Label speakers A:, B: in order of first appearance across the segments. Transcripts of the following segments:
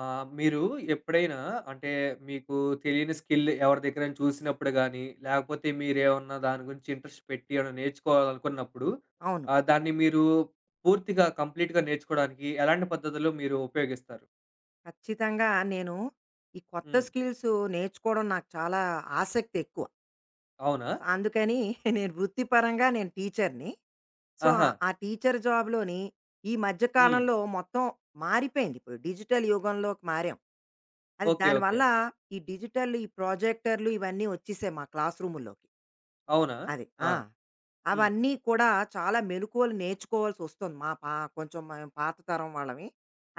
A: ఆ! మీరు ఎప్పుడైనా అంటే మీకు తెలియని స్కిల్ ఎవరి దగ్గరైనా చూసినప్పుడు గానీ, లేకపోతే మీరేమన్నా దాని గురించి ఇంట్రెస్ట్ పెట్టి ఏమైనా నేర్చుకోవాలనుకున్నప్పుడు
B: అవును.
A: దాన్ని మీరు పూర్తిగా కంప్లీట్‌గా నేర్చుకోవడానికి ఎలాంటి పద్ధతులు మీరు ఉపయోగిస్తారు?
B: ఖచ్చితంగా నేను ఈ కొత్త
A: హ్మ్.
B: స్కిల్స్ నేర్చుకోవడం నాకు చాలా ఆసక్తి ఎక్కువ.
A: అవునా?
B: అందుకని వృత్తిపరంగా నేను టీచర్‌ని. సో,
A: ఆహా!
B: ఆ టీచర్ జాబ్‌లోని ఈ మధ్య
A: హ్మ్.
B: కాలంలో మొత్తం మారిపోయింది. ఇప్పుడు డిజిటల్ యుగంలోకి మారాం.
A: ఓకే. ఓకే.
B: దానివల్ల ఈ డిజిటల్ ప్రాజెక్టర్లు ఇవన్నీ వచ్చేసాయి మా క్లాస్ రూముల్లోకి.
A: అవునా?
B: అది.
A: ఆ!
B: ఆ!
A: హ్మ్.
B: అవన్నీ కూడా చాలా మెలుకువలు నేర్చుకోవాల్సొస్తుంది. మా పా కొంచెం మేము పాత తరం వాళ్ళవి.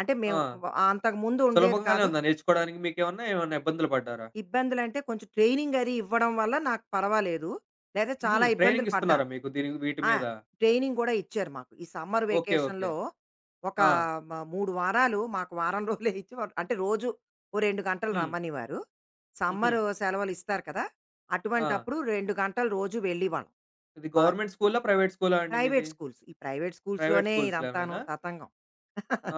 B: అంటే
A: ఆ!
B: మేము అంతకుముందు ఉండేది
A: సులభంగానే
B: కాదు.
A: ఉందా నేర్చుకోవడానికి మీకేమన్నా? ఏమన్నా ఏమన్నా ఇబ్బందులు పడ్డారా?
B: ఇబ్బందులంటే కొంచెం ట్రైనింగ్ అది ఇవ్వడం వల్ల నాకు పర్వాలేదు. లేదా
A: హుహు.
B: చాలా ఇబ్బందులు
A: ట్రైనింగ్ ఇస్తున్నారా
B: పడ్డాను.
A: మీకు దీని వీటి
B: ఆ!
A: మీద?
B: ట్రైనింగ్ గూడా ఇచ్చారు మాకు. ఈ సమ్మర్
A: ఓకే. ఓకే.
B: వెకేషన్‌లో ఒక
A: ఆ!
B: మ 3 వారాలు మాకు వారం రోజులే ఇచ్చి అంటే రోజు ఓ 2 గంటలు
A: హ్మ్.
B: రమ్మనేవారు.
A: హుహు.
B: సమ్మర్ సెలవులు ఇస్తారు కదా!
A: ఆ!
B: అటువంటప్పుడు 2 గంటలు రోజు వెళ్ళేవాళ్ళం.
A: ఇది
B: మా
A: గవర్నమెంట్ స్కూలా? ప్రైవేట్ స్కూలా అండి మీది?
B: Private schools. ఈ ప్రైవేట్
A: ప్రైవేట్
B: స్కూల్స్‌లోనే ఇదంతాను
A: స్కూల్స్‌లోనేనా?
B: తతంగం.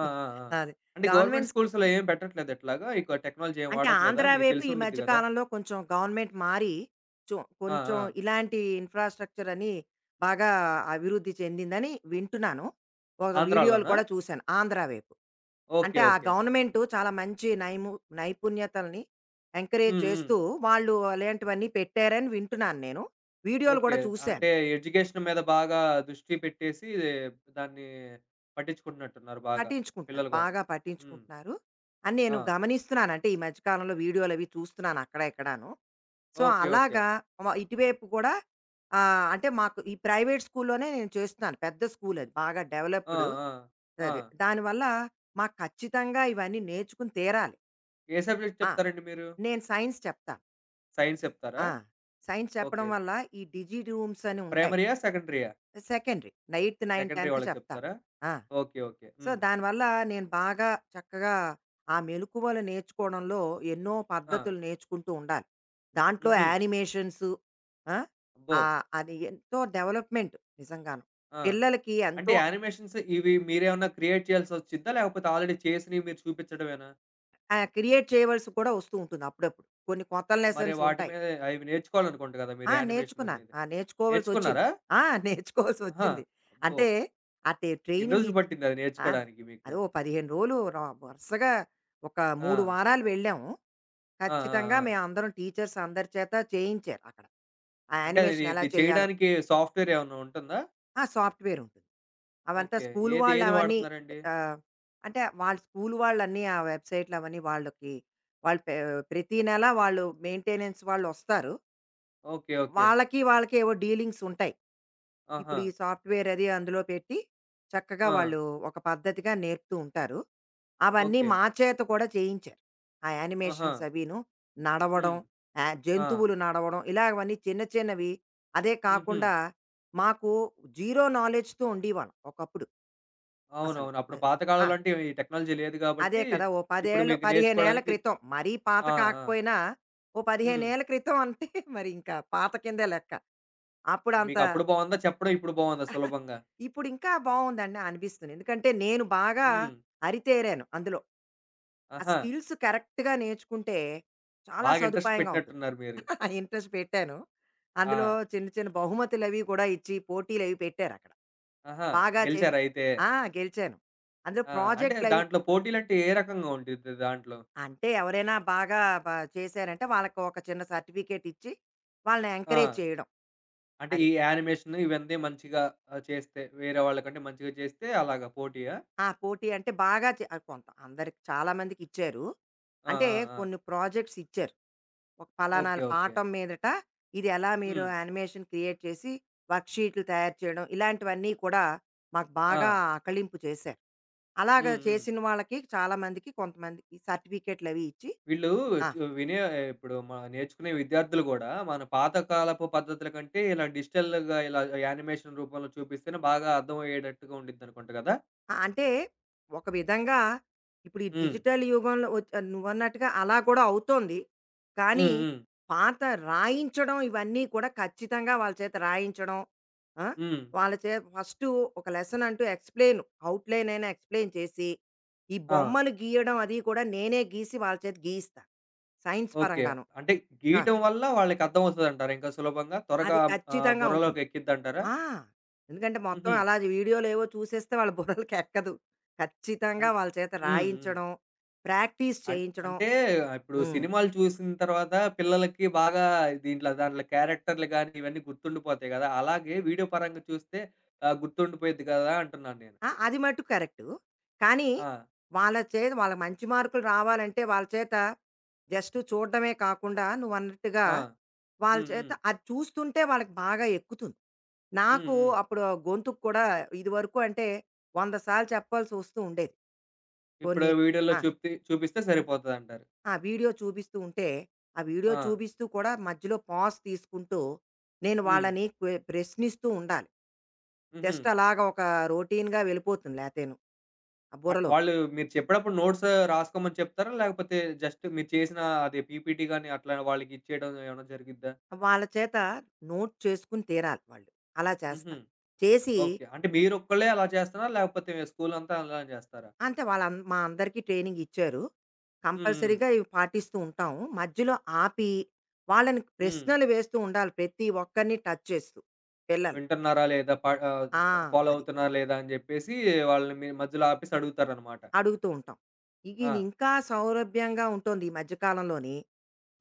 A: ఆ! ఆ! ఆ!
B: అది.
A: అంటే గవర్నమెంట్
B: గవర్నమెంట్ స్కూ
A: స్కూల్స్‌లో ఏం పెట్టట్లేదా ఇట్లాగా? ఇక టెక్నాలజీ ఏం
B: అంటే
A: వాడట్లేదా?
B: ఆంధ్ర
A: మీకు
B: వైపు ఈ
A: తెలిసుండిద్ది
B: మధ్య
A: గదా!
B: కాలంలో కొంచెం గవర్నమెంట్ మారి చొ
A: ఆ!
B: కొంచెం
A: ఆ!
B: ఇలాంటి ఇన్‌ఫ్రాస్ట్రక్చర్ అని బాగా అభివృద్ధి చెందిందని వింటున్నాను. ఒక వీడియోలు
A: ఆంధ్రాలోనా?
B: కూడా చూశాను ఆంధ్ర వైపు.
A: ఓకే.
B: అంటే ఆ
A: ఓకే.
B: గవర్నమెంటు చాలా మంచి నైపుణ్యతల్ని ఎంకరేజ్
A: హ్మ్. హ్మ్.
B: చేస్తూ వాళ్ళు అలాంటివన్నీ పెట్టారని వింటున్నాను నేను. వీడియోలు
A: ఓకే.
B: కూడా చూశాను.
A: అంటే ఎడ్యుకేషన్ మీద బాగా దృష్టి పెట్టేసి దాన్ని పట్టించుకుంటున్నట్టున్నారు బాగా
B: పట్టించుకుంటున్నారు.
A: పిల్లల కోసం.
B: బాగా
A: హ్మ్.
B: పట్టించుకుంటున్నారు అని
A: ఆ!
B: నేను గమనిస్తున్నాను. అంటే ఈ మధ్య కాలంలో వీడియోలవి చూస్తున్నాను అక్కడ ఇక్కడాను. So,
A: okay. ఓకే.
B: అలాగా ఇటువైపు కూడా అంటే మాకు ఈ ప్రైవేట్ స్కూల్‌లోనే నేను చేస్తున్నాను. పెద్ద స్కూల్ అది. బాగా
A: ఆ!
B: డెవలప్‌డ్.
A: ఆ! ఆ!
B: అది. దానివల్ల మాకు ఖచ్చితంగా ఇవన్నీ నేర్చుకుని తీరాలి.
A: ఏ సబ్జెక్ట్
B: ఆ!
A: చెప్తారండి మీరు?
B: నేను సైన్స్ చెప్తాను.
A: సైన్స్ చెప్తారా?
B: ఆ! సైన్స్ చెప్పడం
A: ఓకే.
B: వల్ల ఈ డిజిట్ రూమ్స్ అని ఉంటాయి.
A: ప్రైమరీయా? సెకండరీయా?
B: సెకండరీ. ఎయిత్, నైన్త్,
A: సెకండరీ
B: 10థ్
A: వాళ్ళకి
B: చెప్తాను.
A: చెప్తారా?
B: ఆ!
A: ఓకే. ఓకే.
B: సో,
A: హ్మ్.
B: దానివల్ల నేను బాగా చక్కగా ఆ మెలుకువలు నేర్చుకోవడంలో ఎన్నో
A: ఆ!
B: పద్ధతులు నేర్చుకుంటూ ఉండాలి. దాంట్లో
A: హుహు.
B: యానిమేషన్సు. ఆ!
A: అబ్బో!
B: ఆహ్, అది ఎంతో డెవలప్‌మెంట్ నిజంగాను.
A: ఆ!
B: పిల్లలకి
A: అంటే
B: ఎంతో.
A: యానిమేషన్స్ ఇవి మీరేమన్నా క్రియేట్ చేయాల్సొచ్చిద్దా? లేకపోతే ఆల్రెడీ చేసినవి మీరు చూపించడమేనా?
B: ఆహ్, క్రియేట్ చేయవలసి కూడా వస్తూ ఉంటుంది అప్పుడప్పుడు. కొన్ని కొత్త
A: మరి
B: లెసన్స్
A: వాటి
B: ఉంటాయి.
A: మీద అవి నేర్చుకోవాలనుకుంట కదా! మీరు
B: ఆ!
A: యానిమేషన్
B: నేర్చుకున్నాను.
A: మీద.
B: ఆ! నేర్చుకోవాల్సొచ్చింది.
A: నేర్చుకున్నారా?
B: ఆ!
A: ఆహా!
B: నేర్చుకోవాల్సొచ్చింది.
A: అబ్బో!
B: అంటే, అంటే
A: ఎన్ని
B: ట్రైనింగ్
A: రోజులు
B: ఇచ్చి.
A: పట్టింది అది
B: ఆ!
A: నేర్చుకోడానికి మీకు?
B: అదే ఓ 15 రోజులు వరుసగా ఒక
A: ఆ!
B: 3 వారాలు వెళ్ళాము.
A: ఆ! ఆ!
B: ఖచ్చితంగా
A: ఆ!
B: మేమందరం టీచర్స్ అందరి చేత చేయించారు అక్కడ. ఆ
A: అంటే అది
B: యానిమేషన్ ఎలా
A: ఇది
B: చేయాలో.
A: చేయడానికి సాఫ్ట్‌వేర్ ఏమన్నా ఉంటుందా?
B: ఆ! సాఫ్ట్‌వేర్ ఉంటుంది. అవంతా
A: ఓకే.
B: స్కూల్
A: ఏది
B: వాళ్ళు
A: ఏది
B: అవన్నీ.
A: వాడుతున్నారండి?
B: ఆహ్, అంటే వాళ్ళ స్కూల్ వాళ్ళన్నీ ఆ వెబ్‌సైట్లు అవన్నీ వాళ్ళకి, వాళ్ళు పె ప్రతి నెల వాళ్ళు మెయింటెనెన్స్ వాళ్ళొస్తారు.
A: ఓకే. ఓకే.
B: వాళ్ళకి ఏవో డీలింగ్స్ ఉంటాయి.
A: ఆహా!
B: ఇప్పుడు ఈ సాఫ్ట్‌వేర్ అది అందులో పెట్టి, చక్కగా
A: ఆ!
B: వాళ్ళు ఒక పద్ధతిగా నేర్పుతూ ఉంటారు. అవన్నీ
A: ఓకే.
B: మా చేత కూడా చేయించారు. ఆ
A: ఆహా!
B: యానిమేషన్స్ అవీను, నడవడం,
A: హ్మ్.
B: ఆహ్,
A: ఆ!
B: జంతువులు నడవడం ఇలాగవన్నీ చిన్న చిన్నవి. అదే
A: హుహు.
B: కాకుండా మాకు జీరో నాలెడ్జ్‌తో ఉండేవాళ్ళం ఒకప్పుడు అసలు.
A: అవునవును. అప్పుడు
B: అదే.
A: పాత
B: ఆ!
A: కాలంలో అంటే ఈ టెక్నాలజీ లేదు
B: అదే
A: గాబట్టి,
B: కదా! ఓ 10
A: ఇప్పుడు
B: ఏళ్ళు
A: మీకు
B: 15 ఏళ్ల
A: నేర్చుకోవడానికి
B: క్రితం. మరీ పాత
A: ఆ! ఆ!
B: కాకపోయినా ఓ 15
A: హ్మ్.
B: ఏళ్ల క్రితం అంటే మరి ఇంకా పాత కిందే లెక్క. అప్పుడు అంత.
A: మీకప్పుడు బావుందా? చెప్పడం ఇప్పుడు బావుందా సులభంగా?
B: ఇప్పుడు ఇంకా బావుందని అనిపిస్తుంది. ఎందుకంటే నేను బాగా
A: హ్మ్.
B: అరితేరాను అందులో. ఆ
A: ఆహా!
B: స్కిల్స్ కరెక్ట్‌గా నేర్చుకుంటే చాలా
A: బాగా ఇంట్రెస్ట్
B: సదుపాయంగా ఉంటుంది.
A: పెట్టినట్టున్నారు మీరు.
B: ఇంట్రెస్ట్ పెట్టాను. అందులో
A: ఆ!
B: చిన్న చిన్న బహుమతులవి కూడా ఇచ్చి పోటీలవి పెట్టారక్కడ.
A: ఆహా!
B: బాగా చేసి.
A: గెలిచారా అయితే?
B: ఆ! గెలిచాను. అందులో
A: ఆ! అంటే
B: ప్రాజెక్ట్‌లవి.
A: దాంట్లో పోటీలంటే ఏ రకంగా ఉండిద్ది దాంట్లో?
B: అంటే ఎవరైనా బాగా బ చేశారంటే వాళ్ళకి ఒక చిన్న సర్టిఫికేట్ ఇచ్చి వాళ్ళని
A: ఆ!
B: ఎంకరేజ్ చేయడం.
A: అంటే ఈ
B: అది.
A: యానిమేషన్ ఇవన్నీ మంచిగా చేస్తే వేరే వాళ్ళకంటే మంచిగా చేస్తే అలాగా పోటీయా?
B: ఆ! పోటీ అంటే బాగా చే ఆహ్, కొంత అందరికి చాలా మందికిచ్చారు.
A: ఆ!
B: అంటే
A: ఆ! ఆ!
B: కొన్ని ప్రాజెక్ట్స్ ఇచ్చారు. ఒక పలానా
A: ఓకే. ఓకే.
B: పాఠం మీదట ఇది ఎలా మీరు
A: హ్మ్.
B: యానిమేషన్ క్రియేట్ చేసి వర్క్‌షీట్లు తయారు చేయడం, ఇలాంటివన్నీ కూడా మాకు బాగా
A: ఆ!
B: ఆకళింపు చేశారు. అలాగా
A: హ్మ్. హ్మ్.
B: చేసిన వాళ్ళకి చాలా మందికి కొంతమందికి సర్టిఫికేట్‌లవి ఇచ్చి.
A: వీళ్ళు
B: ఆ!
A: వినే ఇప్పుడు మన నేర్చుకునే విద్యార్థులు గూడా, మన పాతకాలపు పద్ధతుల కంటే ఇలా డిజిటల్‌గా ఇలా యానిమేషన్ రూపంలో చూపిస్తేనే బాగా అర్థమయ్యేటట్టుగా ఉండిద్దనుకుంట గదా!
B: ఆ! అంటే ఒక విధంగా ఇప్పుడు ఈ
A: హ్మ్.
B: డిజిటల్ యుగంలో నువ్వన్నట్టుగా అలా కూడా అవుతోంది. కానీ
A: హ్మ్. హ్మ్.
B: పాత రాయించడం ఇవన్నీ కూడా ఖచ్చితంగా వాళ్ళ చేత రాయించడం. ఆ!
A: హ్మ్.
B: వాళ్ళ చేత ఫస్టు ఒక లెసన్ అంటూ ఎక్స్‌ప్లెయిన్ అవుట్‌లైన్ అయినా ఎక్స్‌ప్లెయిన్ చేసి, ఈ
A: ఆ!
B: బొమ్మలు గీయడం అది కూడా నేనే గీసి వాళ్ళ చేత గీయిస్తా. Science
A: okay.
B: పరంగాను.
A: అంటే
B: ఆ!
A: గీయటం వల్ల వాళ్ళకి అర్థమవుతదంటారా ఇంకా సులభంగా? త్వరగా
B: అది ఖచ్చితంగా ఉంటుంది.
A: బుర్రలోకి ఎక్కిద్దంటారా?
B: ఆ! ఎందుకంటే మొత్తం
A: హుహు.
B: అలా వీడియోలేవో చూసేస్తే వాళ్ళ బుర్రలకి ఎక్కదు.
A: అన్
B: ఖచ్చితంగా వాళ్ళ చేత
A: హ్మ్. హ్మ్.
B: రాయించడం, ప్రాక్టీస్ చేయించడం.
A: అంటే ఇప్పుడు
B: హ్మ్.
A: సినిమాలు చూసిన తర్వాత పిల్లలకి బాగా దీంట్లో దాంట్లో క్యారెక్టర్‌లు గాని, ఇవన్నీ గుర్తుండిపోతాయి గదా! అలాగే వీడియో పరంగా చూస్తే గుర్తుండిపోయిద్ది గదా! అంటున్నాను నేను.
B: ఆ! అది మట్టు కరెక్టు. కానీ
A: ఆ!
B: వాళ్ళ చేత వాళ్ళ మంచి మార్కులు రావాలంటే వాళ్ళ చేత జస్ట్ చూడడమే కాకుండా నువ్వన్నట్టుగా
A: ఆ!
B: వాళ్ళ
A: హ్మ్.
B: చేత
A: హ్మ్.
B: అది చూస్తుంటే వాళ్ళకి బాగా ఎక్కుతుంది.
A: హ్మ్.
B: నాకు
A: హ్మ్.
B: అప్పుడు ఆ గొంతుకు కూడా ఇదివరకు అంటే 100 సార్లు చెప్పాల్సి వస్తూ ఉండేది
A: ఇప్పుడు
B: కొన్ని.
A: వీడియోలో
B: ఆ!
A: చూపిస్తే సరిపోతదంటారు.
B: ఆ వీడియో చూపిస్తూ ఉంటే, ఆ వీడియో
A: ఆ!
B: చూపిస్తూ కూడా మధ్యలో పాజ్ తీసుకుంటూ, నేను
A: హ్మ్.
B: వాళ్ళని ప్రశ్నిస్తూ ఉండాలి.
A: హుహు.
B: జస్ట్ అలాగా ఒక రొటీన్‌గా వెళ్ళిపోతుంది లేతేను ఆ
A: అట్
B: బుర్రలోకి.
A: వాళ్ళు మీరు చెప్పేటప్పుడు నోట్స్ రాసుకోమని చెప్తారా? లేకపోతే జస్ట్ మీరు చేసిన అదే పీపీటీ గాని అట్లా వాళ్ళకి ఇచ్చేయడం ఏమైనా జరిగిద్దా?
B: వాళ్ళ చేత నోట్ చేసుకొని తీరాలి వాళ్ళు. అలా
A: హుహు.
B: చేస్తాను. చేసి.
A: ఓకే. అంటే మీరొక్కళ్ళే అలా చేస్తున్నారా? లేకపోతే స్కూలంతా అలానే చేస్తారా?
B: అంటే మా అందరికీ ట్రైనింగ్ ఇచ్చారు.
A: హ్మ్. హ్మ్.
B: కంపల్సరీగా ఇవి పాటిస్తూ ఉంటాము. మధ్యలో ఆపి వాళ్ళని
A: హ్మ్.
B: ప్రశ్నలు వేస్తూ ఉండాలి. ప్రతి ఒక్కరిని టచ్ చేస్తూ పిల్లల్ని.
A: వింటున్నారా లేదా? ఆహ్,
B: ఆ!
A: ఫాలో
B: అది.
A: అవుతున్నారా లేదా? అని జెప్పేసి వాళ్ళని మీరు మధ్యలో ఆపేసి అడుగుతారనమాట.
B: అడుగుతూ ఉంటాం. ఇది
A: ఆ!
B: ఇంకా సౌలభ్యంగా ఉంటుంది ఈ మధ్య కాలంలోని.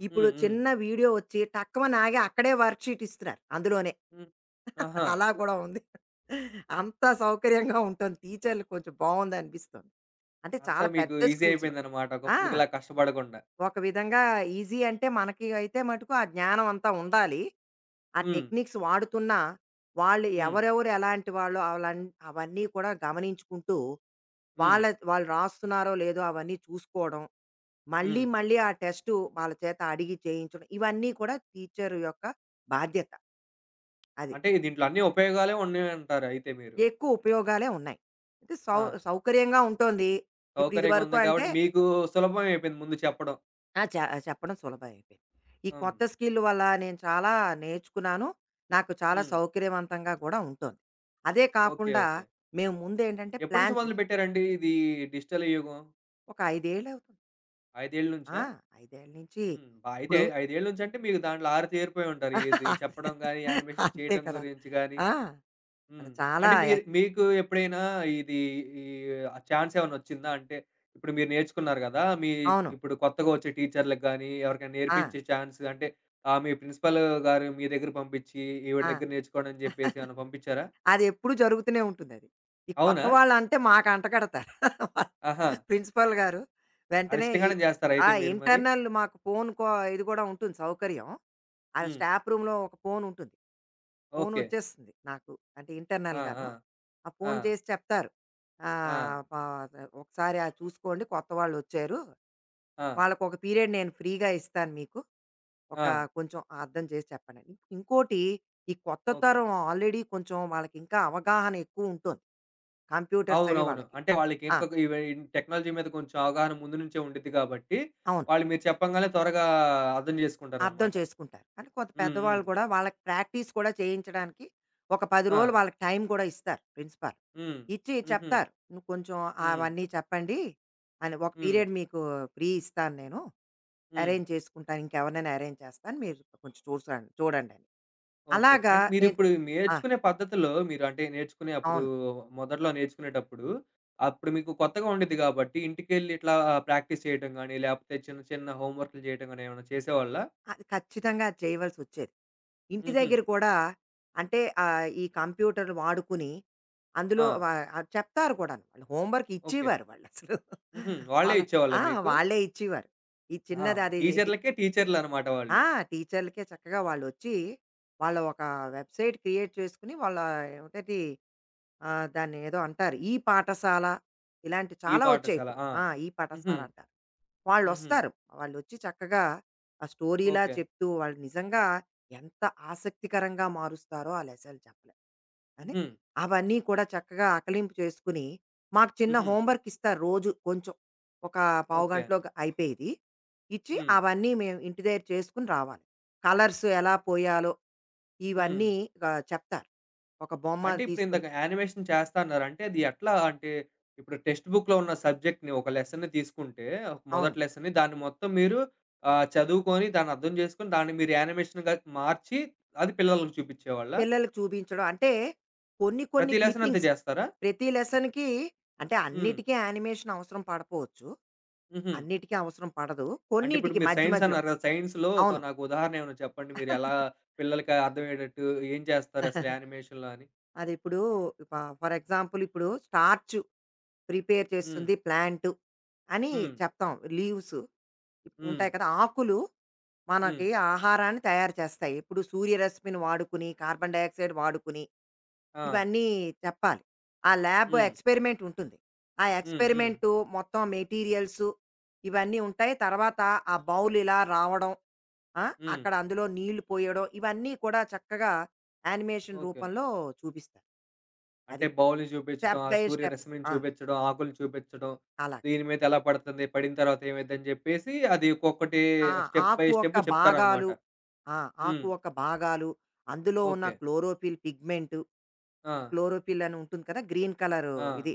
B: ఇప్పుడు
A: హ్మ్. హ్మ్.
B: చిన్న వీడియో వచ్చి టక్కుమని ఆగి అక్కడే వర్క్ షీట్ ఇస్తున్నారు అందులోనే.
A: హ్మ్. ఆహా!
B: అలా కూడా ఉంది. అంత సౌకర్యంగా ఉంటుంది. టీచర్లు కొంచెం బావుందనిపిస్తుంది. అంటే
A: అంతా
B: చాలా
A: మీకు
B: పెద్ద
A: ఈజీ
B: స్కూల్స్‌లో.
A: అయిపోయిందనమాట.
B: ఆ!
A: ఒకప్పుడుకిలా కష్టపడకుండా.
B: ఒక విధంగా ఈజీ అంటే మనకి అయితే మటుకు ఆ జ్ఞానం అంతా ఉండాలి. ఆ
A: హ్మ్.
B: టెక్నిక్స్ వాడుతున్నా వాళ్ళు
A: హ్మ్.
B: ఎవరెవరు ఎలాంటి వాళ్ళు అవన్నీ కూడా గమనించుకుంటూ
A: హ్మ్.
B: వాళ్ళ వాళ్ళు రాస్తున్నారో లేదో అవన్నీ చూసుకోవడం,
A: హ్మ్.
B: మళ్ళీ మళ్ళీ ఆ టెస్టు వాళ్ళ చేత అడిగి చేయించడం, ఇవన్నీ కూడా టీచర్ యొక్క బాధ్యత. అది.
A: అంటే దీంట్లో అన్ని ఉపయోగాలే ఉన్నాయంటారు అయితే మీరు.
B: ఎక్కువ ఉపయోగాలే ఉన్నాయి. అంటే సౌ
A: ఆ!
B: సౌకర్యంగా ఉంటోంది. ఇప్పుడు
A: సౌకర్యంగా
B: ఇదివరకు
A: ఉంది
B: అంటే.
A: కాబట్టి మీకు సులభం అయిపోయింది ముందు చెప్పడం.
B: ఆ! చె చెప్పడం సులభం అయిపోయింది. ఈ
A: హ్మ్.
B: కొత్త స్కిల్ వల్ల నేను చాలా నేర్చుకున్నాను. నాకు చాలా
A: హ్మ్.
B: సౌకర్యవంతంగా కూడా ఉంటోంది. అదే
A: ఓకే.
B: కాకుండా
A: ఓకే.
B: మేము ముందేంటంటే
A: ఎప్పటి నుంచి
B: ప్లాన్ చేసాం.
A: మొదలుపెట్టారండి ఇది డిజిటల్ యుగం?
B: ఒక 5 ఏళ్లవుతుంది.
A: 5 ఏళ్ల నుంచా?
B: ఆ! 5 ఏళ్ల నుంచి.
A: హ్మ్. బా అయితే
B: ఇప్పుడు
A: ఐదేళ్ల నుంచంటే మీకు దాంట్లో ఆరితేరిపోయి ఉంటారు. ఇది
B: అదే
A: చెప్పడం గాని, యానిమేషన్
B: అంతే
A: చేయటం
B: కదా!
A: గురించి గాని.
B: ఆ! అది
A: హ్మ్.
B: చాలా
A: అంటే మీరు మీకు ఎప్పుడైనా ఇది ఈ ఆ ఛాన్స్ ఏమన్నా వచ్చిందా? అంటే ఇప్పుడు మీరు నేర్చుకున్నారు గదా! మీ
B: అవును.
A: ఇప్పుడు కొత్తగా వచ్చే టీచర్‌లకి గాని, ఎవరికైనా
B: ఆ!
A: నేర్పించే ఛాన్స్ అంటే మీ ప్రిన్సిపల్ గారు మీ దగ్గర పంపించి, ఈవిడ
B: ఆ!
A: దగ్గర నేర్చుకోండి అని జెప్పేసి ఏమన్నా పంపించారా?
B: అదెప్పుడూ జరుగుతూనే ఉంటుందది. ఈ కొత్త
A: అవునా?
B: వాళ్ళంటే మాకు అంటగడతారు.
A: ఆహా!
B: ప్రిన్సిపల్ గారు
A: అది
B: వెంటనే ఈ.
A: ఇష్టంగానే జేస్తారా
B: ఆ!
A: అయితే మీరు మరి?
B: ఇంటర్నల్ మాకు ఫోన్ కో ఇది కూడా ఉంటుంది సౌకర్యం. ఆ
A: హ్మ్.
B: స్టాఫ్ రూమ్‌లో ఒక ఫోన్ ఉంటుంది. Phone
A: okay.
B: వచ్చేస్తుంది నాకు. అంటే
A: ఆ!
B: ఇంటర్నల్‌గాను.
A: ఆ!
B: ఆ
A: ఆ!
B: ఫోన్ చేసి చెప్తారు.
A: ఆ!
B: ఆహ్, ప "ఒకసారి అది చూసుకోండి కొత్త వాళ్ళొచ్చారు.
A: ఆ!
B: వాళ్ళకొక పీరియడ్ నేను ఫ్రీగా ఇస్తాను మీకు." ఒక
A: ఆ!
B: కొంచెం అర్థం చేసి చెప్పండి. ఇంకోటి ఈ కొత్త
A: ఓకే.
B: తరం ఆల్రెడీ కొంచెం వాళ్ళకి ఇంకా అవగాహన ఎక్కువ ఉంటుంది. కంప్యూటర్స్ అవి
A: అవునవును.
B: వాళ్ళకి.
A: అంటే వాళ్ళకి
B: ఆ!
A: ఇంకొక ఇవి టెక్నాలజీ మీద కొంచెం అవగాహన ముందు నుంచే ఉండిద్ది కాబట్టి,
B: అవును.
A: వాళ్ళు మీరు చెప్పంగానే త్వరగా అర్థం
B: అర్థం
A: జేసుకుంటారనమాట.
B: చేసుకుంటారు. కానీ కొంత
A: హ్మ్. హ్మ్.
B: పెద్దవాళ్ళు కూడా వాళ్ళకి ప్రాక్టీస్ కూడా చేయించడానికి ఒక 10
A: ఆ!
B: రోజులు వాళ్ళకి టైం కూడా ఇస్తారు ప్రిన్సిపాల్.
A: హ్మ్.
B: ఇచ్చి
A: హుహు.
B: చెప్తారు. "నువ్వు కొంచెం
A: హ్మ్.
B: అవన్నీ చెప్పండి" అని. "ఒక
A: హ్మ్.
B: పీరియడ్ మీకు ఫ్రీ ఇస్తాను నేను.
A: హ్మ్.
B: అరేంజ్ చేసుకుంటాను. ఇంకెవరినైనా అరేంజ్ చేస్తాను. మీరు కొంచెం చూసండి చూడండని."
A: ఓకే.
B: అలాగా
A: అంటే
B: నేను.
A: మీరిప్పుడు
B: ఆ!
A: నేర్చుకునే పద్ధతిలో మీరు అంటే నేర్చుకునే అప్పుడు
B: అవును.
A: మొదట్లో నేర్చుకునేటప్పుడు, అప్పుడు మీకు కొత్తగా ఉండిద్ది గాబట్టి ఇంటికెళ్ళి ఇట్లా ప్రాక్టీస్ చేయటం గాని, లేపోతే చిన్న చిన్న హోమ్ వర్క్‌లు జేయటం గాని ఏమన్నా చేసేవాళ్ళా?
B: అది ఖచ్చితంగా అది చేయవలసొచ్చేది. ఇంటి
A: హుహు.
B: దగ్గర కూడా అంటే ఆహ్, ఈ కంప్యూటర్‌లు వాడుకుని అందులో
A: ఆ!
B: వ ఆహ్, చెప్తారు కూడాను. వాళ్ళు హోమ్ వర్క్
A: ఓకే.
B: ఇచ్చేవారు వాళ్ళసలు.
A: హుహు. వాళ్ళే
B: వాళ్ళ
A: ఇచ్చేవాళ్ళా
B: ఆ!
A: మీకు?
B: వాళ్ళే ఇచ్చేవారు. ఈ
A: ఆ!
B: చిన్నది అది ఇది.
A: టీచర్లకే టీచర్లనమాట వాళ్ళు.
B: ఆ! టీచర్లకే చక్కగా వాళ్ళొచ్చి, వాళ్ళ ఒక వెబ్‌సైట్ క్రియేట్ చేసుకొని, ఏమిటది. ఆహ్, దాన్ని ఏదో అంటారు. ఈ పాఠశాల ఇలాంటి
A: ఈ
B: చాలా వచ్చాయి
A: పాఠశాల.
B: ఇప్పుడు.
A: ఆ!
B: ఆ! ఈ
A: హుహు.
B: పాఠశాల అంటారు.
A: హుహు.
B: వాళ్ళొస్తారు. వాళ్ళొచ్చి చక్కగా ఆ స్టోరీలా
A: ఓకే.
B: చెప్తూ, వాళ్ళు నిజంగా ఎంత ఆసక్తికరంగా మారుస్తారో ఆ లెసన్‌లు చెప్పలేం. అని
A: హుహు.
B: అవన్నీ కూడా చక్కగా ఆకలింపు చేసుకుని, మాకు చిన్న
A: హుహు.
B: హోంవర్క్ ఇస్తారు రోజు కొంచెం. ఒక పావు
A: ఓకే.
B: గంటలో అయిపోయేది. ఇచ్చి
A: హ్మ్.
B: అవన్నీ మేము ఇంటి దగ్గర చేసుకొని రావాలి. కలర్స్ ఎలా పోయాలో
A: హ్మ్.
B: ఇవన్నీ ఆహ్, చెప్తారు. ఒక బొమ్మ
A: అంటే ఇప్పుడు
B: తీసుకొని.
A: ఇందాక యానిమేషన్ చేస్తా అన్నారు. అంటే అది ఎట్లా అంటే ఇప్పుడు టెక్స్ట్ బుక్‌లో ఉన్న సబ్జెక్ట్‌ని ఒక లెసన్‌ని తీసుకుంటే
B: అవును.
A: మొదటి లెసన్‌ని దాన్ని మొత్తం మీరు చదువుకొని దాన్ని అర్థం చేసుకొని దాన్ని మీరు యానిమేషన్‌గా మార్చి అది పిల్లలకి చూపించేవాళ్ళా?
B: పిల్లలకి చూపించడం అంటే కొన్ని కొన్ని
A: ప్రతి లెసన్ అంతే
B: క్లిప్పింగ్స్.
A: చేస్తారా?
B: ప్రతి లెసన్‌కి అంటే
A: హ్మ్.
B: అన్నిటికీ యానిమేషన్ అవసరం పడపోవచ్చు.
A: హుహు.
B: అన్నిటికీ అవసరం పడదు.
A: అంటే ఇప్పుడు
B: కొన్నిటికి
A: మీరు
B: మధ్య
A: సైన్స్
B: మధ్యలో.
A: అన్నారు కదా! సైన్స్‌లో ఒక
B: అవును.
A: నాకు ఉదాహరణ ఏమైనా చెప్పండి? మీరు ఎలా పిల్లలకి అర్థమయ్యేటట్టు ఏం చేస్తారు అసలు యానిమేషన్‌లో అని?
B: అది ఇప్పుడు ఫ ఫర్ ఎగ్జాంపుల్ ఇప్పుడు స్టార్చ్ ప్రిపేర్
A: హ్మ్.
B: చేస్తుంది ప్లాంట్ అని
A: హ్మ్.
B: చెప్తాం. లీవ్స్
A: హ్మ్.
B: ఉంటాయి కదా! ఆకులు
A: హ్మ్.
B: మనకి ఆహారాన్ని తయారు చేస్తాయి. ఇప్పుడు సూర్యరశ్మిని వాడుకుని, కార్బన్ డయాక్సైడ్ వాడుకుని,
A: ఆ!
B: ఇవన్నీ చెప్పాలి. ఆ ల్యాబ్
A: హ్మ్.
B: ఎక్స్పెరిమెంట్ ఉంటుంది. ఆ
A: హ్మ్. హ్మ్.
B: ఎక్స్పెరిమెంటు మొత్తం మెటీరియల్స్ ఇవన్నీ ఉంటాయి. తర్వాత ఆ బౌల్ ఇలా రావడం. ఆ!
A: హ్మ్.
B: అక్కడ అందులో నీళ్లు పోయడం ఇవన్నీ కూడా చక్కగా యానిమేషన్
A: ఓకే.
B: రూపంలో చూపిస్తారు.
A: అంటే
B: అది.
A: బౌల్‌ని చూపించడం,
B: స్టెప్
A: ఆ
B: బై స్టెప్.
A: సూర్యరశ్మిని
B: ఆ!
A: చూపించడం, ఆకుల్ని చూపించడం,
B: అలాగ.
A: దీని మీద ఎలా పడుతుంది, పడిన తర్వాత ఏమైద్దని చెప్పేసి అది ఒక్కొక్కటి
B: ఆ!
A: స్టెప్ బై
B: ఆకు ఒక్క
A: స్టెప్ చెప్తారనమాట.
B: భాగాలు. ఆ!
A: హ్మ్.
B: ఆకు ఒక్క భాగాలు, అందులో ఉన్న
A: ఓకే.
B: క్లోరోఫిల్ పిగ్మెంట్,
A: ఆ!
B: క్లోరోఫిల్ అని ఉంటుంది కదా! గ్రీన్ కలర్
A: ఆ!
B: ఇది.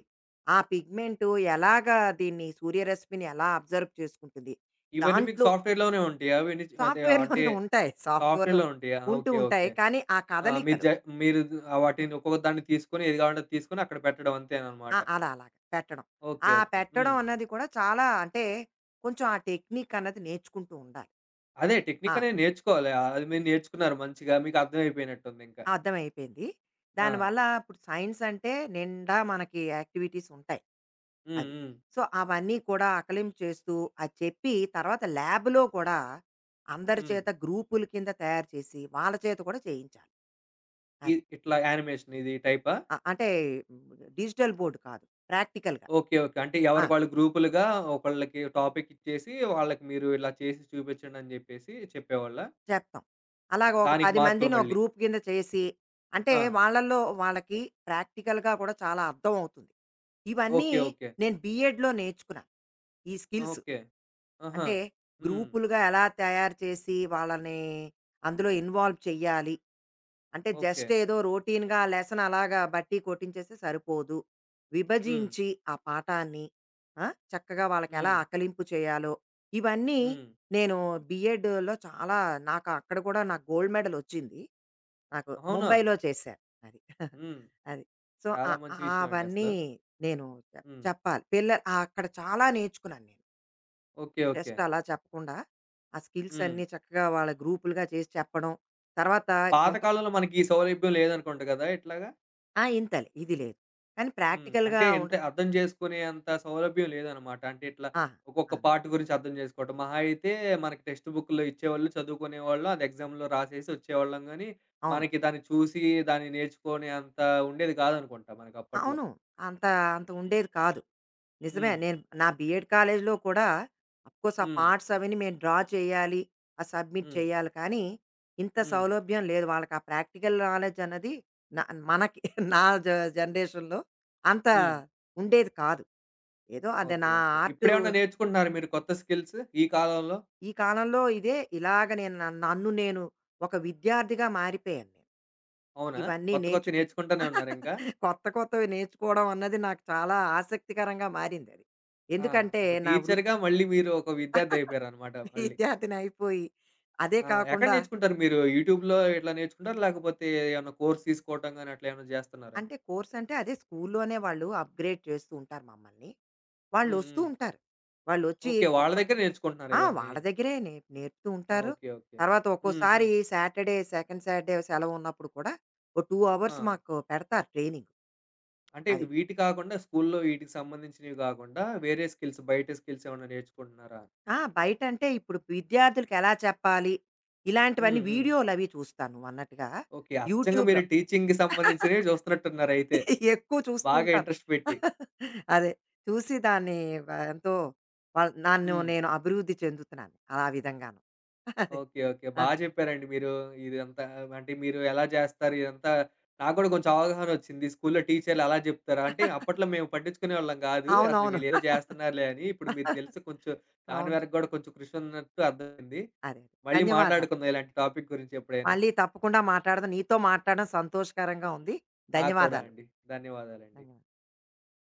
B: ఆ పిగ్మెంట్ ఎలాగా దీన్ని సూర్యరశ్మిని ఎలా అబ్జర్వ్ చేసుకుంటుంది?
A: ఇవన్నీ మీకు
B: దాంట్లో
A: సాఫ్ట్‌వేర్‌లోనే ఉంటాయా? అవన్నీ చ- అదే అంటే
B: సాఫ్ట్‌వేర్‌లోనే ఉంటాయి. సాఫ్ట్‌వేర్‌లో
A: సాఫ్ట్‌వేర్‌లో ఉంటాయా?
B: ఉంటూ
A: ఓకే.
B: ఉంటాయి.
A: ఓకే.
B: కానీ ఆ
A: ఆ!
B: కదలికలు.
A: మీరు వాటిని ఒక్కొక్క దాన్ని తీసుకొని ఏది కావాలంటే అది తీసుకొని అక్కడ పెట్టడం అంతేననమాట.
B: ఆ! అలా అలాగ పెట్టడం.
A: ఓకే.
B: ఆ
A: ఓకే.
B: పెట్టడం
A: హ్మ్.
B: అన్నది కూడా చాలా అంటే, కొంచెం ఆ టెక్నిక్ అన్నది నేర్చుకుంటూ ఉండాలి.
A: అదే టెక్నిక్
B: ఆ!
A: అనేది నేర్చుకోవాలి. అది మీరు నేర్చుకున్నారు మంచిగా. మీకు అర్థమైపోయినట్టుందింక.
B: ఆ అర్థమైపోయింది.
A: ఆ!
B: దానివల్ల ఇప్పుడు సైన్స్ అంటే నిండా మనకి యాక్టివిటీస్ ఉంటాయి
A: హ్మ్.
B: అవి.
A: హ్మ్.
B: సో, అవన్నీ కూడా ఆకలింపు చేస్తూ, అది చెప్పి తర్వాత ల్యాబ్‌లో కూడా అందరి
A: హ్మ్.
B: చేత గ్రూపుల కింద తయారు చేసి, వాళ్ళ చేత కూడా చేయించాలి. అది.
A: ఇట్లా యానిమేషన్ ఇది టైపా?
B: అంటే డిజిటల్ బోర్డ్ కాదు. ప్రాక్టికల్‌గా.
A: ఓకే. ఓకే. అంటే
B: ఆ!
A: ఎవరికి వాళ్ళు గ్రూపులుగా ఒకళ్ళకి టాపిక్ ఇచ్చేసి వాళ్ళకి మీరు ఇలా చేసి చూపించండి అని చెప్పేసి చెప్పేవాళ్ళా?
B: చెప్తాం. అలాగ ఒక
A: దానికి
B: 10
A: మార్కులు
B: మందిని ఒక
A: మళ్ళీ.
B: గ్రూప్ కింద చేసి, అంటే
A: ఆ!
B: వాళ్ళలో వాళ్ళకి ప్రాక్టికల్‌గా కూడా చాలా అర్థం అవుతుంది. ఇవన్నీ
A: ఓకే. ఓకే.
B: నేను బీఎడ్‌లో నేర్చుకున్నాను. ఈ స్కిల్స్.
A: ఓకే. ఆహా!
B: అంటే
A: హ్మ్.
B: గ్రూపులుగా ఎలా తయారు చేసి వాళ్ళని అందులో ఇన్వాల్వ్ చెయ్యాలి? అంటే
A: ఓకే.
B: జస్ట్ ఏదో రొటీన్‌గా ఆ లెసన్ అలాగా బట్టి కొట్టించేస్తే సరిపోదు.
A: హ్మ్.
B: విభజించి ఆ పాఠాన్ని. ఆ! చక్కగా వాళ్ళకెలా
A: హ్మ్.
B: ఆకలింపు చేయాలో, ఇవన్నీ
A: హ్మ్.
B: నేను బీఎడ్‌లో చాలా నాకు అక్కడ కూడా నాకు గోల్డ్ మెడల్ వచ్చింది. నాకు
A: అవునా?
B: ముంబైలో చేశాను. అది.
A: హ్మ్.
B: అది. సో, ఆ
A: చాలా
B: ఆ-
A: మంచి విషయం అండి అసలు.
B: అవన్నీ నేను
A: హ్మ్.
B: చెప్పాలి. ఆ అక్కడ చాలా నేర్చుకున్నాను నేను.
A: ఓకే. ఓకే.
B: జస్ట్ అలా చెప్పకుండా, ఆ స్కిల్స్
A: హ్మ్.
B: అన్నీ చక్కగా వాళ్ళ గ్రూపులుగా చేసి చెప్పడం. తర్వాత
A: పాత
B: కొంత.
A: కాలంలో మనకి ఈ సౌలభ్యం లేదనుకుంట గదా! ఇట్లాగా?
B: ఆ! ఇంతలే ఇది లేదు. కానీ
A: హ్మ్. అంటే
B: ప్రాక్టికల్‌గా
A: ఎంత
B: ఉండదు.
A: అర్థం చేసుకునే అంత సౌలభ్యం లేదనమాట. అంటే ఇట్లా
B: ఆ!
A: ఒక్కొక్క
B: ఆ!
A: పార్ట్ గురించి అర్థం చేసుకోవటం. మహా అయితే మనకి టెక్స్ట్ బుక్‌లో ఇచ్చేవాళ్ళు, చదువుకునేవాళ్ళం. అది ఎగ్జామ్‌లో రాసేసి వచ్చేవాళ్ళం గానీ,
B: అవును.
A: మనకి దాన్ని చూసి దాన్ని నేర్చుకునే అంత ఉండేది కాదనుకుంటా మనకప్పట్లో.
B: అవును. అంత. అంత ఉండేది కాదు. నిజమే
A: హ్మ్.
B: నేను నా బీఎడ్ కాలేజ్‌లో కూడా అఫ్‌కోర్స్ ఆ
A: హ్మ్.
B: పార్ట్స్ అవన్నీ మేము డ్రా చేయాలి. ఆహ్, సబ్మిట్
A: హ్మ్.
B: చేయాలి. కానీ ఇంత
A: హ్మ్.
B: సౌలభ్యం లేదు. వాళ్ళకి ఆ ప్రాక్టికల్ నాలెడ్జ్ అన్నది న మనకి నా జ జనరేషన్‌లో అంత
A: హ్మ్.
B: ఉండేది కాదు. ఏదో అది
A: ఓకే.
B: నా
A: ఓకే.
B: ఆర్టు.
A: ఇప్పుడేమన్నా నేర్చుకుంటున్నారా మీరు కొత్త స్కిల్స్ ఈ కాలంలో?
B: ఈ కాలంలో ఇదే ఇలాగ నేను నన్ నన్ను నేను ఒక విద్యార్థిగా మారిపోయాను నేను.
A: అవునా?
B: ఇవన్నీ
A: కొత్త కొత్తయి
B: నేర్చుకుంటూ.
A: నేర్చుకుంటానే ఉన్నారింకా?
B: కొత్త కొత్తవి నేర్చుకోవడం అన్నది నాకు చాలా ఆసక్తికరంగా మారిందది.
A: ఆ!
B: ఎందుకంటే
A: ఒక
B: నా వృత్
A: టీచర్‌గా మళ్ళీ మీరు ఒక విద్యార్థి అయిపోయారనమాట మళ్ళీ.
B: విద్యార్థిని అయిపోయి, అదే
A: ఆ! ఎక్కడ
B: కాకుండా.
A: నేర్చుకుంటారు మీరు? యూట్యూబ్‌లో ఇట్లా నేర్చుకుంటారా? లేకపోతే ఏమన్నా కోర్స్ తీసుకోవటం గాని అట్లా ఏమన్నా జేస్తన్నారా?
B: అంటే కోర్స్ అంటే అదే స్కూల్లోనే వాళ్ళు అప్‌గ్రేడ్ చేస్తూ ఉంటారు మమ్మల్ని.
A: హ్మ్.
B: వాళ్ళొస్తూ
A: హ్మ్.
B: ఉంటారు. వాళ్ళొచ్చి
A: ఓకే. వాళ్ళ
B: కొత్త.
A: దగ్గర నేర్చుకుంటున్నారా
B: ఆ!
A: ఇవన్నీ?
B: వాళ్ళ దగ్గరే నేర్పుతూ
A: ఆ!
B: ఉంటారు.
A: ఓకే. ఓకే.
B: తర్వాత
A: హ్మ్.
B: ఒక్కోసారి
A: హ్మ్.
B: సాటర్‌డే, సెకండ్ సాటర్‌డే సెలవున్నప్పుడు కూడా ఓ 2
A: ఆ!
B: అవర్స్ మాకు పెడతారు ట్రైనింగ్.
A: అంటే
B: అది.
A: వీటి కాకుండా స్కూల్లో వీటికి సంబంధించినవి గాకుండా వేరే స్కిల్స్ బయట స్కిల్స్ ఏమన్నా నేర్చుకుంటున్నారా?
B: ఆ! బయటంటే ఇప్పుడు విద్యార్థులకి ఎలా చెప్పాలి?
A: హ్మ్.
B: ఇలాంటివన్నీ
A: హ్మ్.
B: వీడియోలవి చూస్తాను నువ్వన్నట్టుగా.
A: ఓకే. అచ్చంగా మీరు
B: యూట్యూబ్‌లో
A: టీచింగ్‌కి సంబంధించినవి జూస్తున్నట్టున్నారయితే.
B: ఎక్కువ చూస్తూ
A: బాగా
B: ఉంటాను.
A: ఇంట్రెస్ట్ పెట్టి.
B: అదే. చూసి దాన్ని ఎంతో వాళ్ నన్ను
A: హ్మ్.
B: నేను అభివృద్ధి చెందుతున్నాను. ఆ విధంగాను. అదే.
A: ఓకే. ఓకే. బా
B: ఆ!
A: జెప్పారండి మీరు. ఇదంతా అంటే మీరు ఎలా జేస్తారు ఇదంతా నాకు గూడా కొంచెం అవగాహనొచ్చింది. స్కూల్లో టీచర్లు అలా జెప్తారా? అంటే అప్పట్లో మేము పట్టించుకునేవాళ్ళం గాదు. అసలు
B: అవునవును.
A: వీళ్ళేదో జేస్తున్నారులే అని. ఇప్పుడు మీరు తెలిసి కొంచెం దాని
B: అవును.
A: వరకు గూడా కొంచెం కృషి ఉన్నట్టు అర్థమైంది.
B: అదే. అదే.
A: మళ్ళీ
B: ధన్యవాదాలు.
A: మాట్లాడుకుందాం ఇలాంటి టాపిక్ గురించి ఎప్పుడైనా.
B: మళ్ళీ తప్పకుండా మాట్లాడదాం. నీతో మాట్లాడడం సంతోషకరంగా ఉంది.
A: నాకు కూడా
B: ధన్యవాదాలు.
A: అండి. ధన్యవాదాలండి.
B: ధన్యవాదాలు.